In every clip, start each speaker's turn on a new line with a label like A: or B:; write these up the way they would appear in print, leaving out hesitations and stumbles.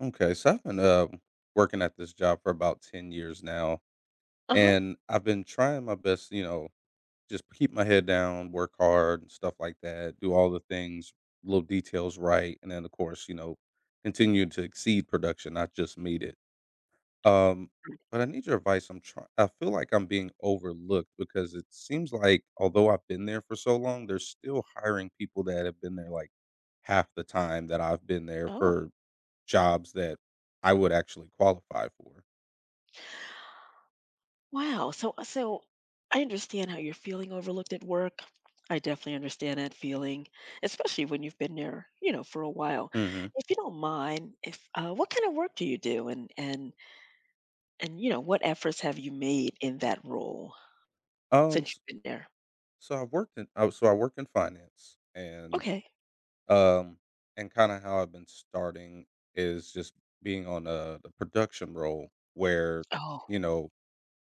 A: Okay, so I've been working at this job for about 10 years now,
B: Uh-huh.
A: and I've been trying my best, you know, just keep my head down, work hard, and stuff like that, do all the things, little details right, and then, of course, you know, continue to exceed production, not just meet it. Um, but I need your advice. I'm trying, I feel like I'm being overlooked because it seems like, although I've been there for so long, they're still hiring people that have been there like half the time that I've been there
B: Oh,
A: for jobs that I would actually qualify for.
B: wow. So I understand how you're feeling overlooked at work. I definitely understand that feeling, especially when you've been there, for a while.
A: Mhm.
B: If you don't mind, if what kind of work do you do, and what efforts have you made in that role since
A: S
B: you've been there?
A: So I work in finance,
B: Okay.
A: um, and kinda how I've been starting is just being on, a the production role where,
B: Oh,
A: you know,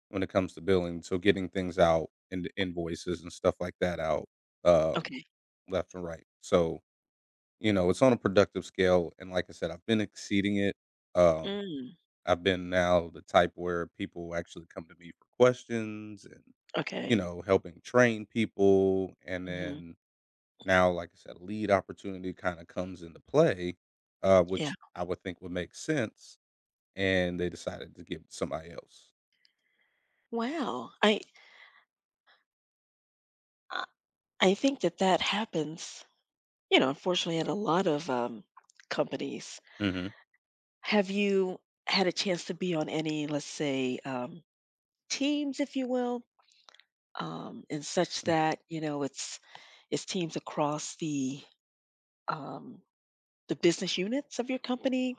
A: when it comes to billing, so getting things out and the invoices and stuff like that out, um,
B: okay.
A: left and right. So, you know, it's on a productive scale, and like I said, I've been exceeding it. um
B: Mm,
A: I've been now the type where people actually come to me for questions and, you
B: okay.
A: know, helping train people. And
B: Hmm.
A: then now, like I said, lead opportunity kind of comes into play, which
B: Yeah.
A: I would think would make sense. And they decided to give it to somebody else.
B: Wow. I I think that that happens, unfortunately, at a lot of companies.
A: Hmm.
B: Have you had a chance to be on any, let's say, teams, if you will, and such that, it's teams across um, the business units of your company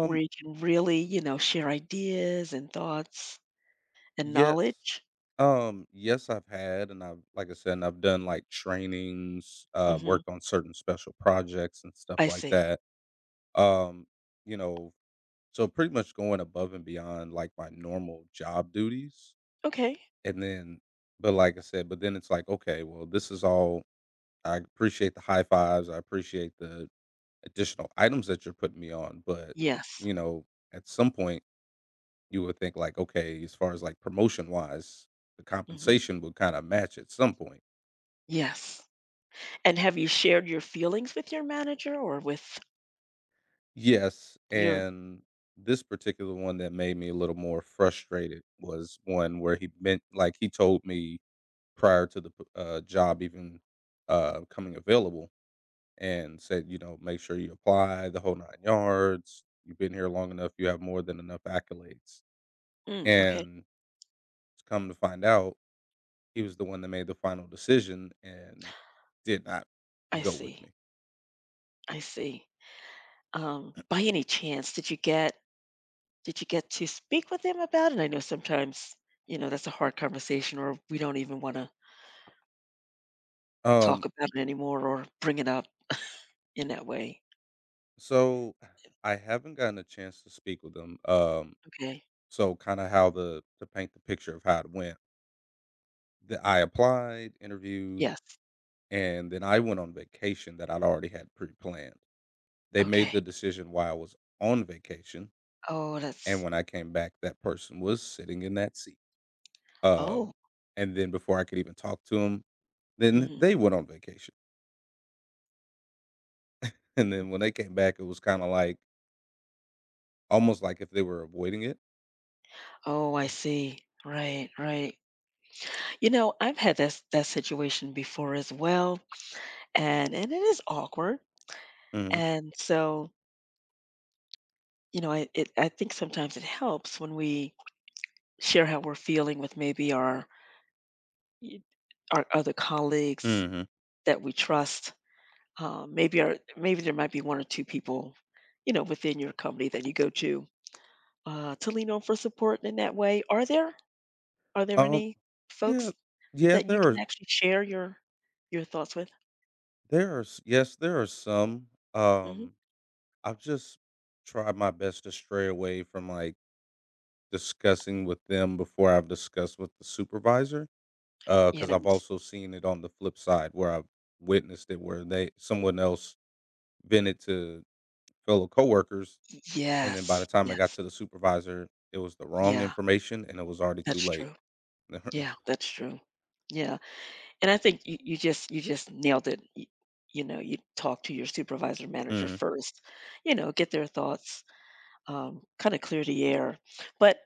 B: where you can really, share ideas and thoughts and
A: yes.
B: knowledge?
A: Yes, I've had, and I've, like I said, and I've done like trainings,
B: Hmm.
A: worked on certain special projects and stuff
B: I
A: like
B: see.
A: that. Um, you know, so pretty much going above and beyond like my normal job duties.
B: Okay.
A: And then, but like I said, but then it's like, okay, well, this is all, I appreciate the high fives. I appreciate the additional items that you're putting me on. But,
B: Yes.
A: you know, at some point you would think like, okay, as far as like promotion wise, the
B: Hmm.
A: compensation would kind of match at some point.
B: Yes. And have you shared your feelings with your manager or with
A: Yes.
B: your?
A: And this particular one that made me a little more frustrated was one where he meant like he told me prior to the job even, coming available, and said, you know, "Make sure you apply the whole 9 yards. You've been here long enough. You have more than enough accolades."
B: Mm, okay.
A: And come to find out, he was the one that made the final decision and did not
B: I
A: go with
B: see.
A: me.
B: I see. By any chance, did you get to speak with them about it? I know sometimes, that's a hard conversation, or we don't even want to talk
A: Um,
B: about it anymore or bring it up in that way.
A: so I haven't gotten a chance to speak with them.
B: Okay.
A: So kinda how the to paint the picture of how it went, that I applied, interviewed,
B: Yes.
A: and then I went on vacation that I'd already had pre-planned. They made
B: Okay.
A: the decision while I was on vacation,
B: Oh,
A: and
B: that's
A: when I came back, that person was sitting in that seat. Um,
B: oh.
A: and then before I could even talk to 'em, then
B: Mhm.
A: they went on vacation. And then when they came back, it was kinda like almost like if they were avoiding it.
B: Oh, I see. Right, right. I've had that that situation before as well, and it is awkward.
A: Mhm,
B: And so, I think sometimes it helps when we share how we're feeling with maybe It our other colleagues
A: mhm.
B: that we trust. Uh, maybe there might be one or two people, within your company that you go to lean on for support in that way. Are there
A: Um,
B: any
A: yeah,
B: folks
A: yeah,
B: that you can actually share your thoughts with?
A: there are s yes, there are some.
B: Mhm.
A: Um, I've just tried my best to stray away from, like, discussing with them before I've discussed with the supervisor, because
B: Yeah,
A: 'cause
B: that
A: I've
B: makes
A: also seen it on the flip side where I've witnessed it where they someone else vented to fellow coworkers, and then by
B: yes,
A: the time I got
B: yes.
A: to the supervisor, it was the wrong
B: Yeah,
A: information, and it was already too
B: that's
A: late.
B: true. Yeah, that's true. Yeah, and I think you just nailed it. Y You know, you talk to your supervisor, manager
A: Mhm.
B: first, get their thoughts. Kind of clear the air. But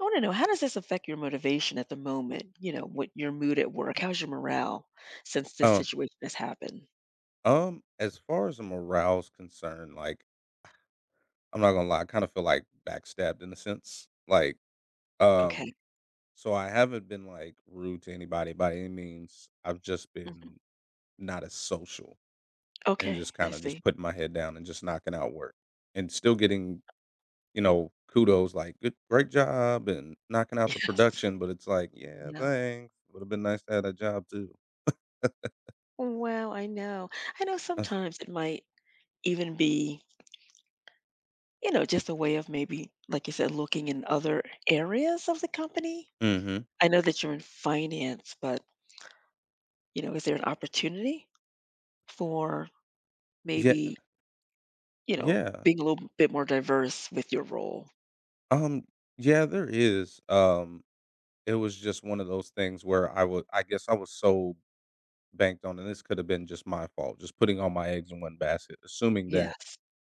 B: I want to know, how does this affect your motivation at the moment? You know, what your mood at work? How's your morale since this
A: Uh,
B: situation has happened?
A: as far as the morale's concerned, like, I'm not gonna lie, I kinda feel, like, backstabbed in a sense, like,
B: Okay.
A: um, so I haven't been, like, rude to anybody by any means. I've just been
B: Hmm.
A: not as social, and
B: Okay.
A: just
B: I
A: kinda just
B: see.
A: putting my head down and just knocking out work, and still getting, you know, kudos like, "Good great job," and knocking out
B: Yes.
A: the production, but it's like, "Yeah,
B: Yeah.
A: thanks. Would've been nice to have that job too."
B: Well, I know. I know sometimes it might even be, just a way of, maybe, like you said, looking in other areas of the company.
A: Mm, mhm.
B: I know that you're in finance, but, is there an opportunity for
A: Yeah,
B: maybe
A: yeah.
B: being a little bit more diverse with your role.
A: Um, yeah, there is, it was just one of those things where I was. I guess I was so banked on, and this could have been just my fault, just putting all my eggs in one basket, assuming that
B: Yes.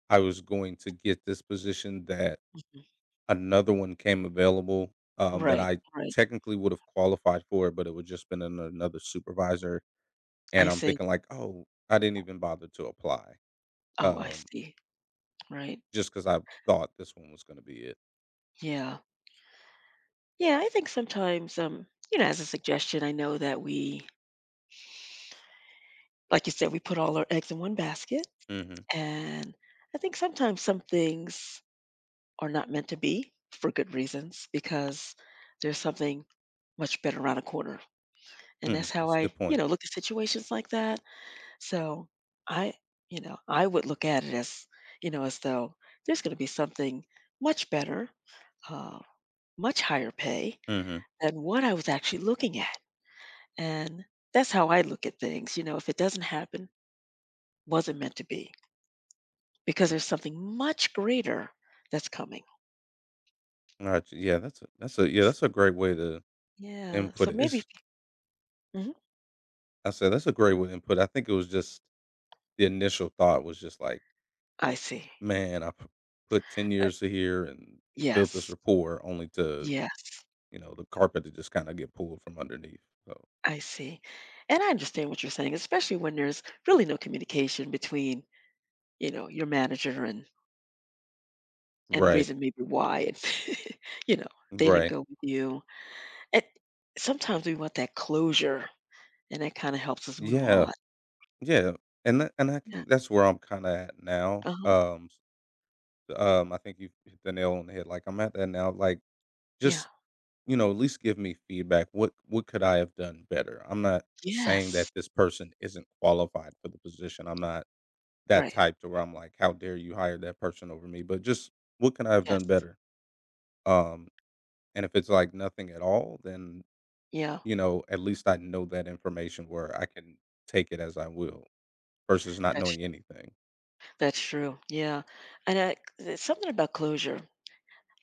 A: I was going to get this position. That
B: Mhm.
A: another one came available, that
B: Right,
A: I
B: right.
A: technically would have qualified for, but it would just been an another supervisor,
B: I
A: and I'm
B: see.
A: thinking like, "Oh, I didn't even bother to apply,"
B: Oh, I
A: um,
B: see. Right.
A: just because I thought this one was gonna be it.
B: Yeah. Yeah, I think sometimes, as a suggestion, I know that we like you said, we put all our eggs in one basket,
A: Mhm.
B: and I think sometimes some things are not meant to be, for good reasons, because there's something much better around the corner, and that's
A: Mm,
B: how
A: that's a
B: I,
A: good point.
B: look at situations like that. So I, I would look at it as, though there's going to be something much better, uh, much higher pay
A: Mhm.
B: than what I was actually looking at. And that's how I look at things. If it doesn't happen, wasn't meant to be, because there's something much greater that's coming.
A: Alright, yeah, that's a yeah, that's a great way to
B: Yeah.
A: input
B: So
A: it.
B: maybe.
A: It's,
B: Mhm.
A: I said that's a great way to input it. I think it was just the initial thought was just like,
B: I see.
A: "Man, I p- put 10
B: Uh,
A: years here and built this
B: yes.
A: rapport only to."
B: Yes.
A: You know, the carpet to just kinda get pulled from underneath, so
B: I see. And I understand what you're saying, especially when there's really no communication between, your manager and. And the
A: right,
B: reason maybe why it's you know, they didn't
A: right.
B: go with you. And sometimes we want that closure, and that kinda helps us move
A: Yeah,
B: on.
A: yeah, and that and I
B: Yeah.
A: can. That's where I'm kinda at now,
B: Uh-huh.
A: s I think you hit the nail on the head, like, I'm at that now, like,
B: Yeah.
A: just, you know, at least give me feedback, what could I have done better? I'm not saying
B: Yes.
A: that this person isn't qualified for the position, I'm not that
B: Right.
A: type to where I'm like, "How dare you hire that person over me?" But just, what could I have
B: Yes.
A: done better? Um, and if it's, like, nothing at all, then
B: Yeah.
A: you know, at least I know that information where I can take it as I will versus not
B: That's
A: knowing anything.
B: that's true. Yeah. And I there's something about closure,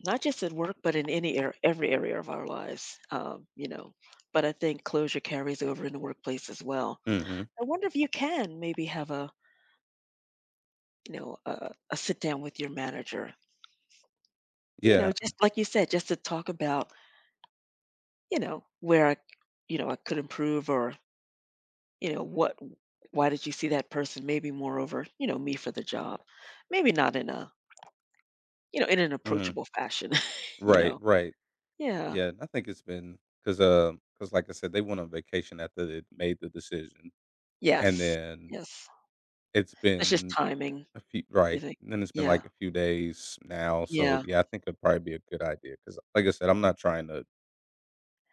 B: not just at work, but in any area, every area of our lives, you know? But I think closure carries over in the workplace as well.
A: Hmm.
B: I wonder if you can maybe have a sit down with your manager.
A: Yeah.
B: Just like you said, just to talk about, where I could improve, or, you know, what, why did you see that person? Maybe moreover, me for the job. Maybe not in an
A: Hmm.
B: approachable fashion, you
A: Right.
B: know.
A: Right.
B: Yeah.
A: Yeah. And I think it's been because like I said, they went on vacation after they made the decision, and
B: Yes.
A: then
B: Yes.
A: it's
B: That's just
A: been
B: timing,
A: a few.
B: you
A: Right.
B: think.
A: And then it's been
B: Yeah.
A: like a few days now. So
B: Yeah.
A: yeah, I think it'd probably be a good idea because, like I said, I'm not trying to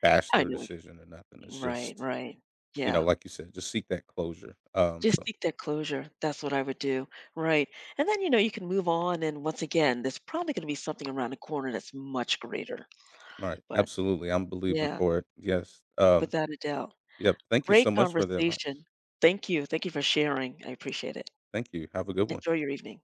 A: bash
B: I
A: their
B: know.
A: decision or nothing. It's
B: Right.
A: just,
B: Right.
A: you know,
B: Yeah.
A: like you said, just seek that closure.
B: Just
A: So
B: seek that closure. That's what I would do. Right. And then, you can move on. And once again, there's probably going to be something around the corner that's much greater.
A: All Right.
B: But
A: Absolutely. I'm believing
B: Yeah,
A: for it. Yes.
B: without a doubt.
A: Yep. Thank you so
B: Great
A: much for the
B: conversation.
A: advice.
B: Thank you. Thank you for sharing. I appreciate it.
A: Thank you. Have a good one.
B: Enjoy your evening.